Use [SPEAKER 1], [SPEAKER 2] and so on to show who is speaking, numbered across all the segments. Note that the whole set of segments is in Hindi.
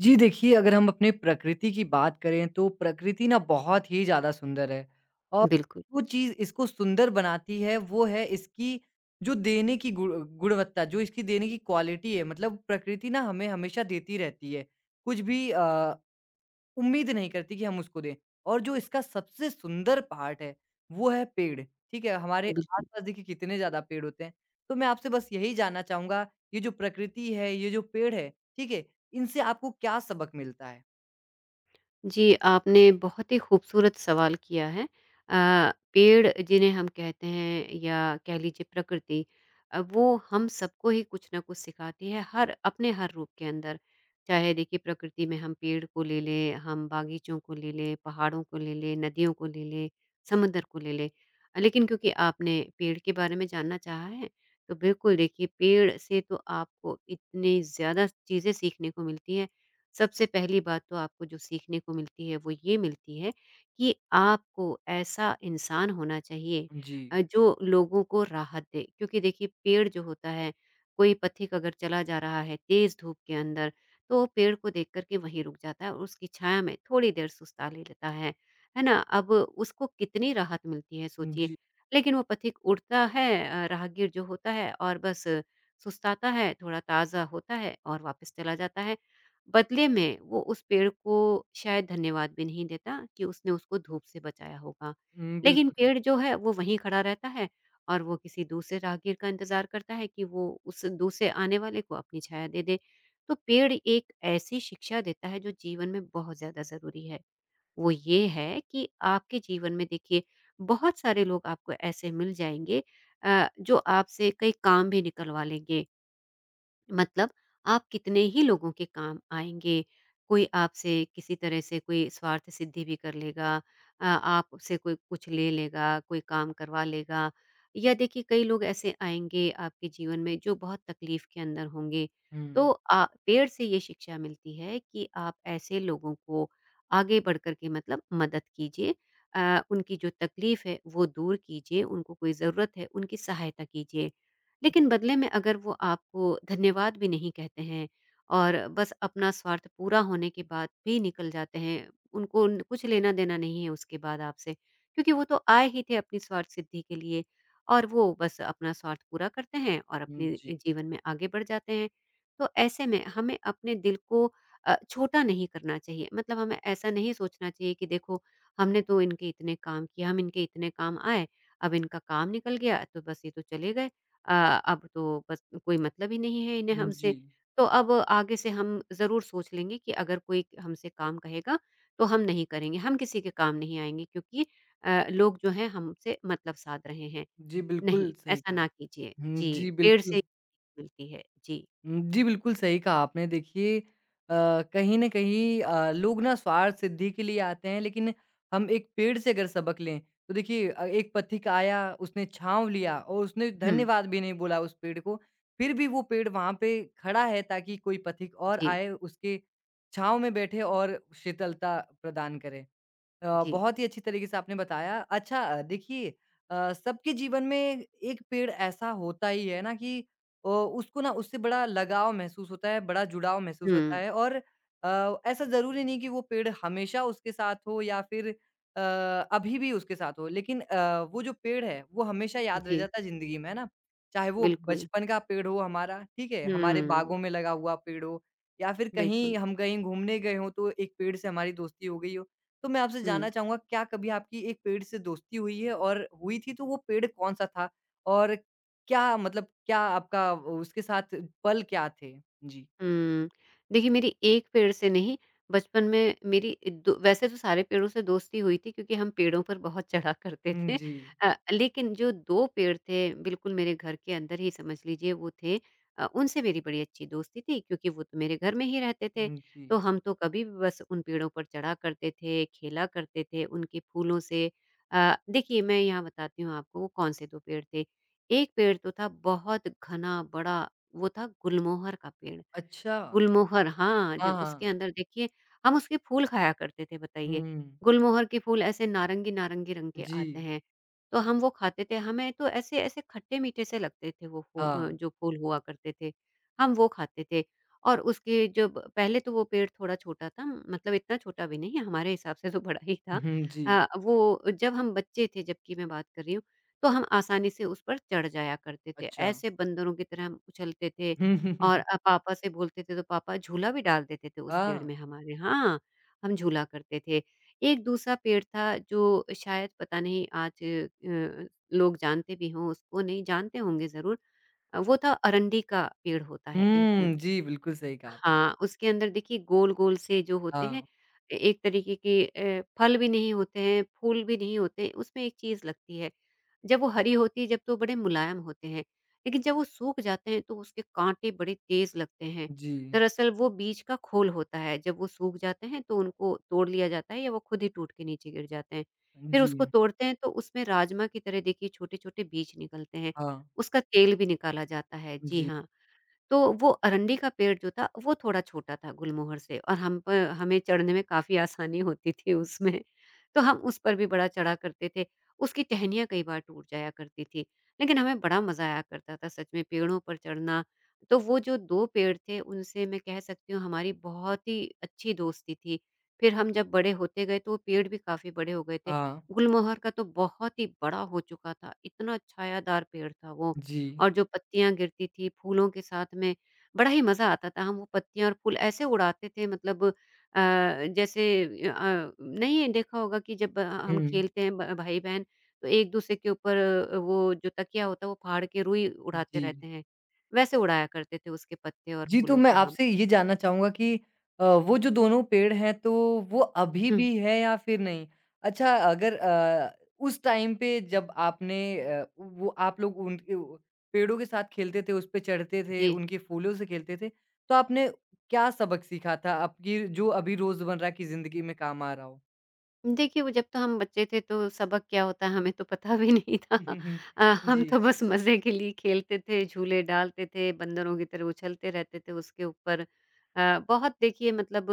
[SPEAKER 1] जी देखिए, अगर हम अपने प्रकृति की बात करें तो प्रकृति ना बहुत ही ज़्यादा सुंदर है और
[SPEAKER 2] बिल्कुल,
[SPEAKER 1] वो चीज़ इसको सुंदर बनाती है वो है इसकी जो देने की गुण गुणवत्ता, जो इसकी देने की क्वालिटी है मतलब प्रकृति ना हमें हमेशा देती रहती है। कुछ भी उम्मीद नहीं करती कि हम उसको दें। और जो इसका सबसे सुंदर पार्ट है, वो है पेड़, ठीक है? हमारे
[SPEAKER 2] बिल्कुल।
[SPEAKER 1] आस-पास देखिए कितने ज़्यादा पेड़ होते हैं। तो मैं आपसे बस यही जानना चाहूँगा, ये जो प्रकृति है, ये जो पेड़ है, ठीक है? इनसे आपको क्या सबक मिलता है?
[SPEAKER 2] जी, आपने बहुत ही खूबसूरत सवाल किया है। पेड़ जिन्हें हम कहते हैं या कह लीजिए प्रकृति वो हम सबको ही कुछ ना कुछ सिखाती है हर अपने हर रूप के अंदर। चाहे देखिए प्रकृति में हम पेड़ को ले लें, हम बागीचों को ले लें, पहाड़ों को ले लें, नदियों को ले लें, समुद्र को ले लें। लेकिन क्योंकि आपने पेड़ के बारे में जानना चाहा है, तो बिल्कुल देखिए पेड़ से तो आपको इतनी ज़्यादा चीज़ें सीखने को मिलती हैं। सबसे पहली बात तो आपको जो सीखने को मिलती है वो ये मिलती है कि आपको ऐसा इंसान होना चाहिए
[SPEAKER 1] जी।
[SPEAKER 2] जो लोगों को राहत दे क्योंकि देखिए पेड़ जो होता है, कोई पथिक अगर चला जा रहा है तेज धूप के अंदर, तो वो पेड़ को देख करके वहीं रुक जाता है और उसकी छाया में थोड़ी देर सुस्ता ले लेता है। है ना, अब उसको कितनी राहत मिलती है सोचिए।
[SPEAKER 1] जी।
[SPEAKER 2] लेकिन वो पथिक उड़ता है, राहगीर जो होता है, और बस सुस्ताता है, थोड़ा ताज़ा होता है और वापस चला जाता है। बदले में वो उस पेड़ को शायद धन्यवाद भी नहीं देता कि उसने उसको धूप से बचाया होगा।
[SPEAKER 1] हुँ,
[SPEAKER 2] लेकिन
[SPEAKER 1] बिल्कुल सही।
[SPEAKER 2] पेड़ जो है वो वहीं खड़ा रहता है और वो किसी दूसरे राहगीर का इंतज़ार करता है कि वो उस दूर से आने वाले को अपनी छाया दे दे। तो पेड़ एक ऐसी शिक्षा देता है जो जीवन में बहुत ज़्यादा ज़रूरी है। वो ये है कि आपके जीवन में देखिए बहुत सारे लोग आपको ऐसे मिल जाएँगे जो आपसे कई काम भी निकलवा लेंगे। मतलब आप कितने ही लोगों के काम आएँगे। कोई आपसे किसी तरह से कोई स्वार्थ सिद्धि भी कर लेगा, आपसे कोई कुछ ले लेगा, कोई काम करवा लेगा, या देखिए कई लोग ऐसे आएँगे आपके जीवन में जो बहुत तकलीफ़ के अंदर होंगे।
[SPEAKER 1] हुँ,
[SPEAKER 2] तो पेड़ से ये शिक्षा मिलती है कि आप ऐसे लोगों को आगे बढ़ कर के मतलब मदद कीजिए। उनकी जो तकलीफ़ है वो दूर कीजिए, उनको कोई ज़रूरत है उनकी सहायता कीजिए। लेकिन बदले में अगर वो आपको धन्यवाद भी नहीं कहते हैं और बस अपना स्वार्थ पूरा होने के बाद भी निकल जाते हैं, उनको न कुछ लेना-देना नहीं है उसके बाद आपसे, क्योंकि वो तो आए ही थे अपनी स्वार्थ सिद्धि के लिए और वो बस अपना स्वार्थ पूरा करते हैं और
[SPEAKER 1] हुँ,
[SPEAKER 2] अपने
[SPEAKER 1] जी,
[SPEAKER 2] जीवन में आगे बढ़ जाते हैं। तो ऐसे में हमें अपने दिल को छोटा नहीं करना चाहिए, मतलब हमें ऐसा नहीं सोचना चाहिए कि देखो हमने तो इनके इतने काम किए, हम इनके इतने काम आए, अब इनका काम निकल गया तो बस ये तो चले गए। अ, अब तो बस कोई मतलब ही नहीं है इन्हें
[SPEAKER 1] हुँ, जी।
[SPEAKER 2] हमसे। तो अब आगे से हम ज़रूर सोच लेंगे कि अगर कोई हमसे काम कहेगा तो हम नहीं करेंगे, हम किसी के काम नहीं आएँगे क्योंकि लोग जो हैं हमसे मतलब साध रहे हैं।
[SPEAKER 1] जी,
[SPEAKER 2] नहीं,
[SPEAKER 1] बिल्कुल सही
[SPEAKER 2] ऐसा
[SPEAKER 1] कहा।
[SPEAKER 2] ना कीजिए।
[SPEAKER 1] हुँ, जी,
[SPEAKER 2] जी, पेड़
[SPEAKER 1] बिल्कुल।
[SPEAKER 2] से मिलती है। जी।
[SPEAKER 1] जी, बिल्कुल सही कहा आपने। देखिए अ, कहीं न कहीं लोग ना स्वार्थ सिद्धि के लिए आते हैं, लेकिन हम एक पेड़ से अगर सबक लें, तो देखिए एक पथिक आया, उसने छाँव लिया और उसने
[SPEAKER 2] हुँ।
[SPEAKER 1] धन्यवाद भी नहीं बोला उस पेड़ को। फिर भी वो पेड़ वहाँ पे खड़ा है ताकि कोई पथिक और
[SPEAKER 2] जी,
[SPEAKER 1] आए, उसके छाँव में बैठे और शीतलता प्रदान करे।
[SPEAKER 2] जी।
[SPEAKER 1] बहुत ही अच्छी तरीके से आपने बताया। अच्छा देखिए सबके जीवन में एक पेड़ ऐसा होता ही है ना कि उसको ना उससे बड़ा लगाव महसूस होता है, बड़ा जुड़ाव महसूस
[SPEAKER 2] हुँ,
[SPEAKER 1] होता है और ऐसा ज़रूरी नहीं कि वो पेड़ हमेशा उसके साथ हो या फिर अभी भी उसके साथ हो। लेकिन वो जो पेड़ है, वो हमेशा याद रह
[SPEAKER 2] जी,
[SPEAKER 1] जाता है ज़िंदगी में, है ना? चाहे वो
[SPEAKER 2] बिल्कुल।
[SPEAKER 1] बचपन का पेड़ हो हमारा, ठीक है? हमारे बागों
[SPEAKER 2] हुँ,
[SPEAKER 1] में लगा हुआ पेड़ हो या फिर कहीं
[SPEAKER 2] बिल्कुल।
[SPEAKER 1] हम कहीं घूमने गए हों, तो एक पेड़ से हमारी दोस्ती हो गई हो। तो मैं आपसे जानना
[SPEAKER 2] हुँ।
[SPEAKER 1] चाहूँगा क्या कभी आपकी एक पेड़ से दोस्ती हुई है और हुई थी तो वो पेड़ कौन-सा था? और क्या मतलब क्या आपका उसके साथ पल क्या थे? जी।
[SPEAKER 2] हुँ। देखिए मेरी एक पेड़ से नहीं, बचपन में मेरी दो वैसे तो सारे पेड़ों से दोस्ती हुई थी क्योंकि हम पेड़ों पर बहुत चढ़ा करते
[SPEAKER 1] हुँ,
[SPEAKER 2] थे।
[SPEAKER 1] जी।
[SPEAKER 2] लेकिन जो 2 पेड़ थे बिल्कुल मेरे घर के अंदर ही समझ लीजिए वो थे। उनसे मेरी बड़ी अच्छी दोस्ती थी क्योंकि वो तो मेरे घर में ही रहते थे।
[SPEAKER 1] हुँ, जी।
[SPEAKER 2] तो हम तो कभी भी बस उन पेड़ों पर चढ़ा करते थे, खेला करते थे उनके फूलों से। देखिए मैं यहाँ बताती हूँ आपको वो कौन से 2 पेड़ थे। एक पेड़ तो था बहुत घना बड़ा, वो था गुलमोहर का पेड़।
[SPEAKER 1] अच्छा।
[SPEAKER 2] गुलमोहर, हाँ,
[SPEAKER 1] हाँ,
[SPEAKER 2] जो उसके
[SPEAKER 1] हाँ।
[SPEAKER 2] अंदर देखिए हम उसके फूल खाया करते थे बताइए।
[SPEAKER 1] हुँ।
[SPEAKER 2] गुलमोहर के फूल ऐसे नारंगी-नारंगी रंग के
[SPEAKER 1] जी।
[SPEAKER 2] आते हैं, तो हम वो खाते थे। हमें तो ऐसे-ऐसे खट्टे-मीठे से लगते थे वो
[SPEAKER 1] हाँ।
[SPEAKER 2] जो फूल हुआ करते थे, हम वो खाते थे। और उसके जब पहले तो वो पेड़ थोड़ा छोटा था, मतलब इतना छोटा भी नहीं, हमारे हिसाब से तो बड़ा ही था।
[SPEAKER 1] हुँ, जी।
[SPEAKER 2] वो जब हम बच्चे थे, जब की मैं बात कर रही हूँ, तो हम आसानी से उस पर चढ़ जाया करते थे।
[SPEAKER 1] अच्छा।
[SPEAKER 2] ऐसे बंदरों की तरह हम उछलते थे, और पापा से बोलते थे तो पापा झूला भी डाल देते थे उस पेड़
[SPEAKER 1] हाँ।
[SPEAKER 2] में हमारे, हाँ, हम झूला करते थे। एक दूसरा पेड़ था जो शायद पता नहीं आज लोग जानते भी हों उसको, नहीं जानते होंगे ज़रूर। वो था अरंडी का पेड़ होता है एक।
[SPEAKER 1] हुँ, जी, बिल्कुल सही कहा आपने।
[SPEAKER 2] हाँ, उसके अंदर देखिए गोल-गोल से जो होते हैं,
[SPEAKER 1] हाँ।
[SPEAKER 2] ए एक तरीके के फल भी नहीं होते हैं, फूल भी नहीं होते, हैं, उसमें एक चीज़ लगती है। जब वो हरी होती है, जब तो बड़े मुलायम होते हैं, लेकिन जब वो सूख जाते हैं, तो उसके काँटे बड़े तेज़ लगते हैं।
[SPEAKER 1] जी।
[SPEAKER 2] दरअसल वो बीज का खोल होता है, जब वो सूख जाते हैं, तो उनको तोड़ लिया जाता है या वो खुद ही टूट के नीचे गिर जाते हैं। फिर
[SPEAKER 1] जी।
[SPEAKER 2] उसको तोड़ते हैं, तो उसमें राजमा की तरह देखिए छोटे-छोटे बीज निकलते हैं।
[SPEAKER 1] हाँ।
[SPEAKER 2] उसका तेल भी निकाला जाता है। जी
[SPEAKER 1] जी।
[SPEAKER 2] हाँ। तो वो अरंडी का पेड़ जो था, वो थोड़ा छोटा था गुलमोहर से और हम प हमें चढ़ने में काफ़ी आसानी होती थी उसमें। तो हम उस पर भी बड़ा चढ़ा करते थे। उसकी टहनियाँ कई बार टूट जाया करती थी, लेकिन हमें बड़ा मज़ा आया करता था सच में पेड़ों पर चढ़ना। तो वो जो 2 पेड़ थे, उनसे मैं कह सकती हूँ हमारी बहुत ही अच्छी दोस्ती थी। फिर हम जब बड़े होते गए, तो वो पेड़ भी काफ़ी बड़े हो गए थे।
[SPEAKER 1] हाँ।
[SPEAKER 2] गुलमोहर का तो बहुत ही बड़ा हो चुका था, इतना छायादार पेड़ था वो।
[SPEAKER 1] जी।
[SPEAKER 2] और जो पत्तियाँ गिरती थी फूलों के साथ में, बड़ा ही मज़ा आता था। हम वो पत्तियाँ और फूल ऐसे उड़ाते थे मतलब जैसे नहीं देखा होगा कि जब हम
[SPEAKER 1] हुँ।
[SPEAKER 2] खेलते हैं ब भाई-बहन तो एक-दूसरे के ऊपर वो जो तकिया होता है वो फाड़ के रुई उड़ाते
[SPEAKER 1] जी।
[SPEAKER 2] रहते हैं। वैसे उड़ाया करते थे उसके पत्ते और
[SPEAKER 1] जी, तो
[SPEAKER 2] फूलों
[SPEAKER 1] मैं
[SPEAKER 2] को हम।
[SPEAKER 1] आपसे ये जानना चाहूँगा कि वो जो दोनों पेड़ हैं, तो वो अभी भी
[SPEAKER 2] हुँ।
[SPEAKER 1] है या फिर नहीं? अच्छा अगर उस टाइम पे जब आपने अ, वो आप लोग उन उ पेड़ों के साथ खेलते थे, उस पे चढ़ते थे,
[SPEAKER 2] जी।
[SPEAKER 1] उनके फूलों से खेलते थे, तो आपने क्या सबक सीखा था आपकी जो अभी रोज़मर्रा की ज़िंदगी में काम आ रहा हो?
[SPEAKER 2] देखिए, वो जब तो हम बच्चे थे तो सबक क्या होता है हमें तो पता भी नहीं था। हम
[SPEAKER 1] जी,
[SPEAKER 2] तो बस मज़े के लिए खेलते थे, झूले डालते थे, बंदरों की तरह उछलते रहते थे उसके ऊपर। बहुत देखिए मतलब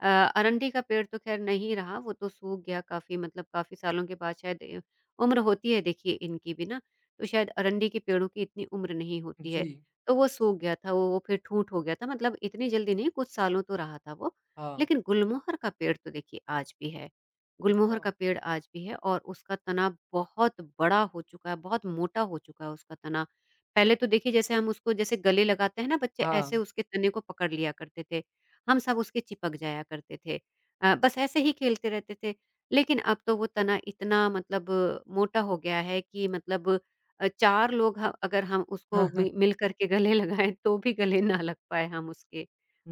[SPEAKER 2] अ, अरंडी का पेड़ तो ख़ैर नहीं रहा, वो तो सूख गया काफ़ी मतलब काफ़ी सालों के बाद शायद। उम्र होती है देखिए इनकी भी ना, तो शायद अरंडी के पेड़ों की इतनी उम्र नहीं होती
[SPEAKER 1] जी,
[SPEAKER 2] है। तो वो सूख गया था, वो फिर ठूँठ हो गया था, मतलब इतनी जल्दी नहीं कुछ सालों तो रहा था वो।
[SPEAKER 1] हाँ,
[SPEAKER 2] लेकिन गुलमोहर का पेड़ तो देखिए आज भी है। गुलमोहर
[SPEAKER 1] अच्छा,
[SPEAKER 2] का पेड़ आज भी है और उसका तना बहुत बड़ा हो चुका है, बहुत मोटा हो चुका है उसका तना। पहले तो देखिए जैसे हम उसको जैसे गले लगाते हैं ना बच्चे, ऐसे
[SPEAKER 1] हाँ।
[SPEAKER 2] उसके तने को पकड़ लिया करते थे। हम सब उसके चिपक जाया करते थे। बस ऐसे ही खेलते रहते थे। लेकिन अब तो वो तना इतना मतलब मोटा हो गया है कि मतलब 4 लोग ह अगर हम उसको मि मिल कर के गले लगाएँ तो भी गले ना लग पाएँ हम उसके।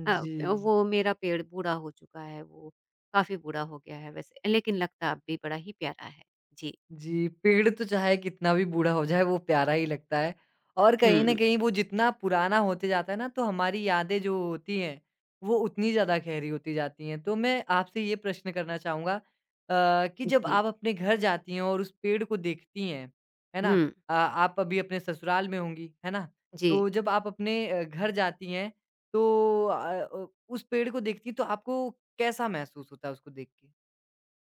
[SPEAKER 2] अ,
[SPEAKER 1] जी।
[SPEAKER 2] वो मेरा पेड़ बूढ़ा हो चुका है वो। काफ़ी बूढ़ा हो गया है वैसे, लेकिन लगता अब भी बड़ा ही प्यारा है। जी।
[SPEAKER 1] जी, पेड़ तो चाहे कितना भी बूढ़ा हो जाए वो प्यारा ही लगता है और कहीं न
[SPEAKER 2] हुँ,
[SPEAKER 1] कहीं वो जितना पुराना होते जाता है ना तो हमारी यादें जो होती हैं, वो उतनी ज़्यादा गहरी होती जाती हैं। तो मैं आपसे ये प्रश्न करना चाहूँगा कि जब
[SPEAKER 2] जी।
[SPEAKER 1] आप अपने घर जाती हैं और उस पेड़ को देखती हैं, है ना?
[SPEAKER 2] हुँ,
[SPEAKER 1] आप अभी अपने ससुराल में होंगी, है ना?
[SPEAKER 2] जी।
[SPEAKER 1] तो जब आप अपने घर जाती हैं तो उस पेड़ को देखती हैं तो आपको कैसा महसूस होता है उसको देख के?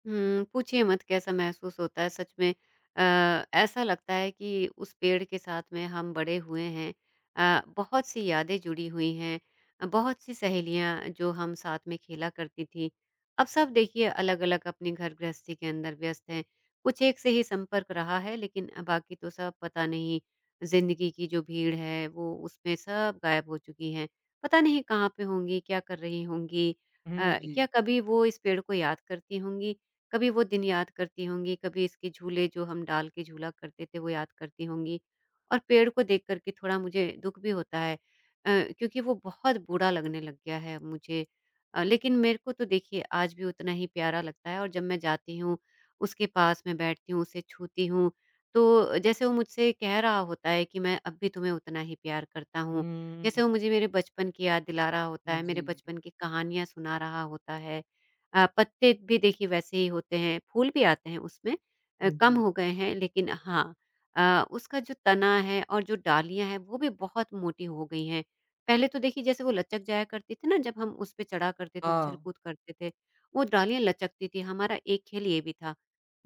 [SPEAKER 2] हुँ, पूछिए मत कैसा महसूस होता है सच में। ऐसा लगता है कि उस पेड़ के साथ में हम बड़े हुए हैं। बहुत-सी यादें जुड़ी हुई हैं, बहुत-सी सहेलियाँ जो हम साथ में खेला करती थीं। अब सब देखिए अलग-अलग अपनी घर गृहस्थी के अंदर व्यस्त हैं। कुछ एक से ही संपर्क रहा है लेकिन बाकी तो सब पता नहीं ज़िंदगी की जो भीड़ है वो उसमें सब गायब हो चुकी हैं। पता नहीं कहाँ पे होंगी, क्या कर रही होंगी?
[SPEAKER 1] हुँ, जी।
[SPEAKER 2] क्या कभी वो इस पेड़ को याद करती होंगी? कभी वो दिन याद करती होंगी, कभी इसके झूले जो हम डाल के झूला करते थे वो याद करती होंगी। और पेड़ को देख कर के थोड़ा मुझे दुःख भी होता है क्योंकि वो बहुत बूढ़ा लगने लग गया है मुझे। लेकिन मेरे को तो देखिए आज भी उतना ही प्यारा लगता है और जब मैं जाती हूँ उसके पास में बैठती हूँ उसे छूती हूँ तो जैसे वो मुझसे कह रहा होता है कि मैं अब भी तुम्हें उतना ही प्यार करता हूँ।
[SPEAKER 1] हुँ,
[SPEAKER 2] जैसे वो मुझे मेरे बचपन की याद दिला रहा होता है, मेरे
[SPEAKER 1] जी।
[SPEAKER 2] बचपन की कहानियां सुना रहा होता है। पत्ते भी देखिए वैसे ही होते हैं, फूल भी आते हैं उसमें। कम
[SPEAKER 1] जी।
[SPEAKER 2] हो गए हैं लेकिन हाँ। उसका जो तना है और जो डालियाँ हैं वो भी बहुत मोटी हो गई हैं। पहले तो देखिए जैसे वो लचक जाया करती थी ना, जब हम उस पे चढ़ा करते थे,
[SPEAKER 1] हाँ।
[SPEAKER 2] उछल-कूद करते थे, वो डालियाँ लचकती थी। हमारा एक खेल ये भी था,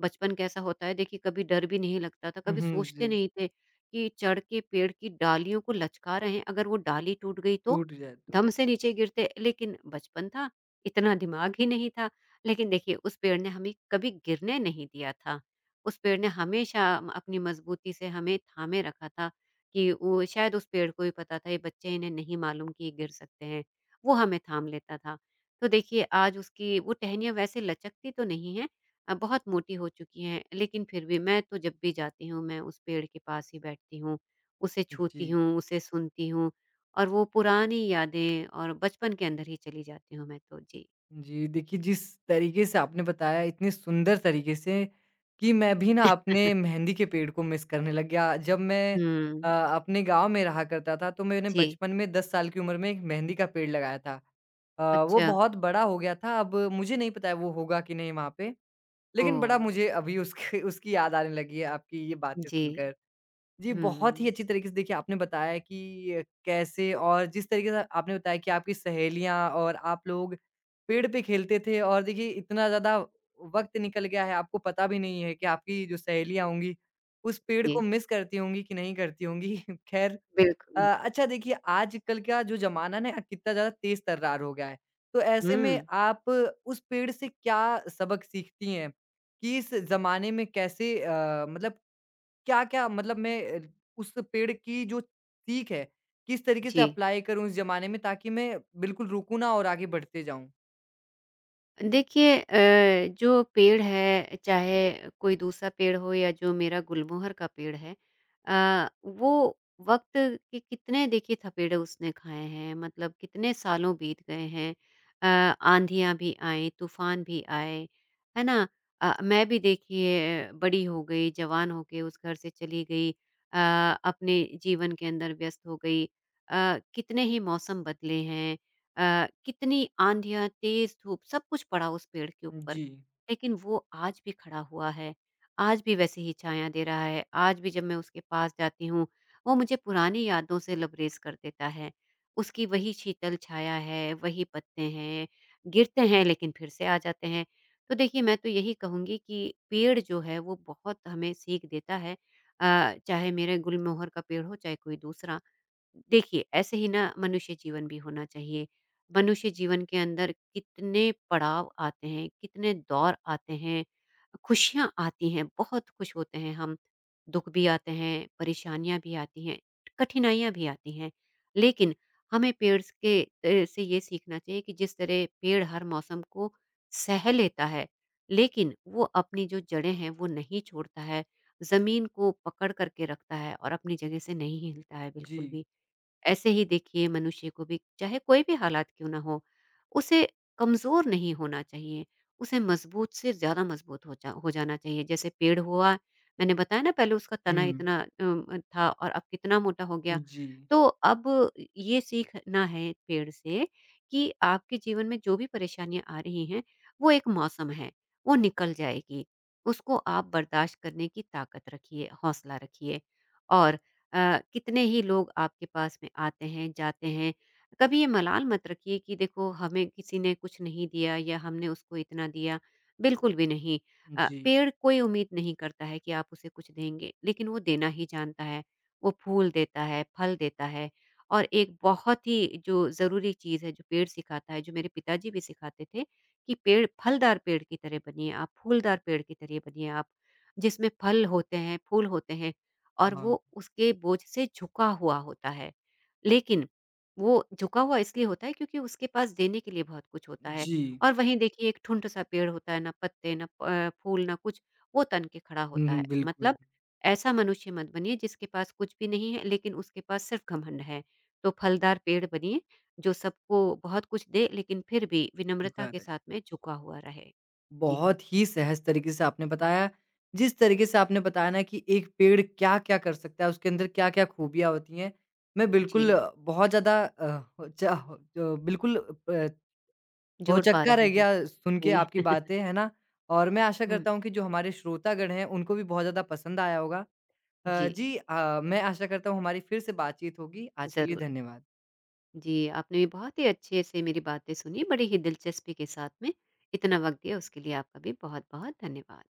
[SPEAKER 2] बचपन कैसा होता है देखिए, कभी डर भी नहीं लगता था,
[SPEAKER 1] हुँ,
[SPEAKER 2] कभी
[SPEAKER 1] हुँ,
[SPEAKER 2] सोचते
[SPEAKER 1] जी।
[SPEAKER 2] नहीं थे कि चढ़ के पेड़ की डालियों को लचका रहे हैं, अगर वो डाली टूट गई तो?
[SPEAKER 1] टूट जाए तो।
[SPEAKER 2] धम से नीचे गिरते, लेकिन बचपन था, इतना दिमाग ही नहीं था। लेकिन देखिए उस पेड़ ने हमें कभी गिरने नहीं दिया था। उस पेड़ ने हमेशा अपनी मज़बूती से हमें थामे रखा था कि वो शायद उस पेड़ को भी पता था ये बच्चे, इन्हें नहीं मालूम कि ये गिर सकते हैं, वो हमें थाम लेता था। तो देखिए आज उसकी वो टहनियाँ वैसे लचकती तो नहीं हैं, बहुत मोटी हो चुकी हैं, लेकिन फिर भी मैं तो जब भी जाती हूँ मैं उस पेड़ के पास ही बैठती हूँ, उसे छूती
[SPEAKER 1] जी।
[SPEAKER 2] हूँ, उसे सुनती हूँ और वो पुरानी यादें और बचपन के अंदर ही चली जाती हूँ मैं तो। जी।
[SPEAKER 1] जी, देखिए जिस तरीके से आपने बताया इतने सुंदर तरीके से कि मैं भी ना अपने मेहंदी के पेड़ को मिस करने लग गया। जब मैं
[SPEAKER 2] हुँ,
[SPEAKER 1] अपने गाँव में रहा करता था तो मैंने
[SPEAKER 2] जी,
[SPEAKER 1] बचपन में 10 साल की उम्र में एक मेहंदी का पेड़ लगाया था। वो
[SPEAKER 2] अच्छा,
[SPEAKER 1] बहुत बड़ा हो गया था अब मुझे नहीं पता है वो होगा कि नहीं वहाँ पे। लेकिन बड़ा
[SPEAKER 2] ओह!
[SPEAKER 1] मुझे अभी उसकी उसकी याद आने लगी है आपकी ये बातें
[SPEAKER 2] जी,
[SPEAKER 1] सुनकर। जी, बहुत ही
[SPEAKER 2] हुँ,
[SPEAKER 1] अच्छी तरीके से देखिए आपने बताया कि कैसे और जिस तरीके से आपने बताया कि आपकी सहेलियाँ और आप लोग पेड़ पे खेलते थे और देखिए इतना ज़्यादा वक़्त निकल गया है, आपको पता भी नहीं है कि आपकी जो सहेलियाँ होंगी, उस पेड़ को
[SPEAKER 2] जी,
[SPEAKER 1] मिस करती होंगी कि नहीं करती होंगी। ख़ैर
[SPEAKER 2] बिल्कुल,
[SPEAKER 1] अच्छा देखिए आजकल का जो ज़माना ना कितना ज़्यादा तेज़ तर्रार हो गया है, तो ऐसे में
[SPEAKER 2] हुँ,
[SPEAKER 1] आप उस पेड़ से क्या सबक सीखती हैं? कि इस ज़माने में कैसे मतलब क्या-क्या मतलब मैं अ, उस पेड़ की जो सीख है, किस तरीके से
[SPEAKER 2] जी।
[SPEAKER 1] अप्लाई करूँ इस ज़माने में ताकि मैं बिल्कुल रुकूँ ना और आगे बढ़ते जाऊँ?
[SPEAKER 2] देखिए जो पेड़ है, चाहे कोई दूसरा पेड़ हो या जो मेरा गुलमोहर का पेड़ है, वो वक्त के कितने देखिए थपेड़े उसने खाए हैं, मतलब कितने सालों बीत गए हैं। अ, आंधियां भी आए, तूफान भी आए, है ना। मैं भी देखिए बड़ी हो गई, जवान हो के उस घर से चली गई, अपने जीवन के अंदर व्यस्त हो गई। कितने ही मौसम बदले हैं, कितनी आंधियाँ, तेज़ धूप, सब कुछ पड़ा उस पेड़ के ऊपर,
[SPEAKER 1] जी,
[SPEAKER 2] लेकिन वो आज भी खड़ा हुआ है। आज भी वैसे ही छाया दे रहा है, आज भी जब मैं उसके पास जाती हूँ, वो मुझे पुरानी यादों से लबरेज़ कर देता है। उसकी वही शीतल छाया है, वही पत्ते हैं, गिरते हैं लेकिन फिर से आ जाते हैं। तो देखिए, मैं तो यही कहूँगी कि पेड़ जो है वो बहुत हमें सीख देता है। चाहे मेरे गुलमोहर का पेड़ हो, चाहे कोई दूसरा। देखिए, ऐसे ही ना मनुष्य जीवन भी होना चाहिए। मनुष्य जीवन के अंदर कितने पड़ाव आते हैं, कितने दौर आते हैं, खुशियाँ आती हैं, बहुत खुश होते हैं हम, दुःख भी आते हैं, परेशानियाँ भी आती हैं, कठिनाइयाँ भी आती हैं। लेकिन हमें पेड़ से ये सीखना चाहिए कि जिस तरह पेड़ हर मौसम को सह लेता है, लेकिन वो अपनी जो जड़ें हैं, वो नहीं छोड़ता है, ज़मीन को पकड़ कर के रखता है और अपनी जगह से नहीं हिलता है
[SPEAKER 1] जी।
[SPEAKER 2] बिल्कुल भी। ऐसे ही देखिए मनुष्य को भी, चाहे कोई भी हालात क्यों ना हो, उसे कमज़ोर नहीं होना चाहिए, उसे मज़बूत से ज़्यादा मज़बूत हो जाना चाहिए। जैसे पेड़ हुआ, मैंने बताया ना, पहले उसका तना
[SPEAKER 1] हुँ।
[SPEAKER 2] इतना था और अब कितना मोटा हो गया।
[SPEAKER 1] जी,
[SPEAKER 2] तो अब ये सीखना है पेड़ से कि आपके जीवन में जो भी परेशानियाँ आ रही हैं, वो एक मौसम है, वो निकल जाएगी। उसको आप बर्दाश्त करने की ताकत रखिए, हौसला रखिए और कितने ही लोग आपके पास में आते हैं, जाते हैं। कभी ये मलाल मत रखिए कि देखो हमें किसी ने कुछ नहीं दिया या हमने उसको इतना दिया, बिल्कुल भी नहीं।
[SPEAKER 1] जी,
[SPEAKER 2] पेड़ कोई उम्मीद नहीं करता है कि आप उसे कुछ देंगे, लेकिन वो देना ही जानता है। वो फूल देता है, फल देता है और एक बहुत ही जो ज़रूरी चीज़ है, जो पेड़ सिखाता है, जो मेरे पिताजी भी सिखाते थे कि पेड़ फलदार पेड़ की तरह बनिए आप, फूलदार पेड़ की तरह बनिए आप, जिसमें फल होते हैं, फूल होते हैं। और
[SPEAKER 1] हाँ।
[SPEAKER 2] वो उसके बोझ से झुका हुआ होता है। लेकिन वो झुका हुआ इसलिए होता है क्योंकि उसके पास देने के लिए बहुत कुछ होता है।
[SPEAKER 1] जी,
[SPEAKER 2] और वहीं देखिए एक ठुंड-सा पेड़ होता है, ना पत्ते, ना फूल, ना कुछ, वो तन के खड़ा
[SPEAKER 1] हुँ,
[SPEAKER 2] होता है।
[SPEAKER 1] हुँ, बिल्कुल,
[SPEAKER 2] मतलब ऐसा मनुष्य मत बनिए जिसके पास कुछ भी नहीं है लेकिन उसके पास सिर्फ घमंड है। तो फलदार पेड़ बनिए जो सबको बहुत कुछ दे लेकिन फिर भी विनम्रता
[SPEAKER 1] स्वीकार
[SPEAKER 2] के
[SPEAKER 1] है।
[SPEAKER 2] साथ में झुका हुआ रहे। जी,
[SPEAKER 1] बहुत ही सहज तरीके से आपने बताया, जिस तरीके से आपने बताया ना कि एक पेड़ क्या-क्या कर सकता है, उसके अंदर क्या-क्या खूबियाँ होती हैं। मैं बिल्कुल
[SPEAKER 2] जी,
[SPEAKER 1] अ, बहुत ज़्यादा अ, हो च हो बिल्कुल अ, हो
[SPEAKER 2] जोड़ पा
[SPEAKER 1] चक्का रह
[SPEAKER 2] रहे हैं।
[SPEAKER 1] गया सुन के
[SPEAKER 2] जी।
[SPEAKER 1] आपकी बातें, है ना? और मैं आशा
[SPEAKER 2] हुँ,
[SPEAKER 1] करता हूँ कि जो हमारे श्रोतागण हैं, उनको भी बहुत ज़्यादा पसंद आया होगा।
[SPEAKER 2] जी,
[SPEAKER 1] मैं आशा करता हूँ हमारी फिर से बातचीत होगी। आज के लिए
[SPEAKER 2] ज़रूर।
[SPEAKER 1] धन्यवाद।
[SPEAKER 2] जी, आपने भी बहुत ही अच्छे से मेरी बातें सुनी, बड़ी ही दिलचस्पी के साथ में। इतना वक़्त दिया, उसके लिए आपका भी बहुत-बहुत धन्यवाद।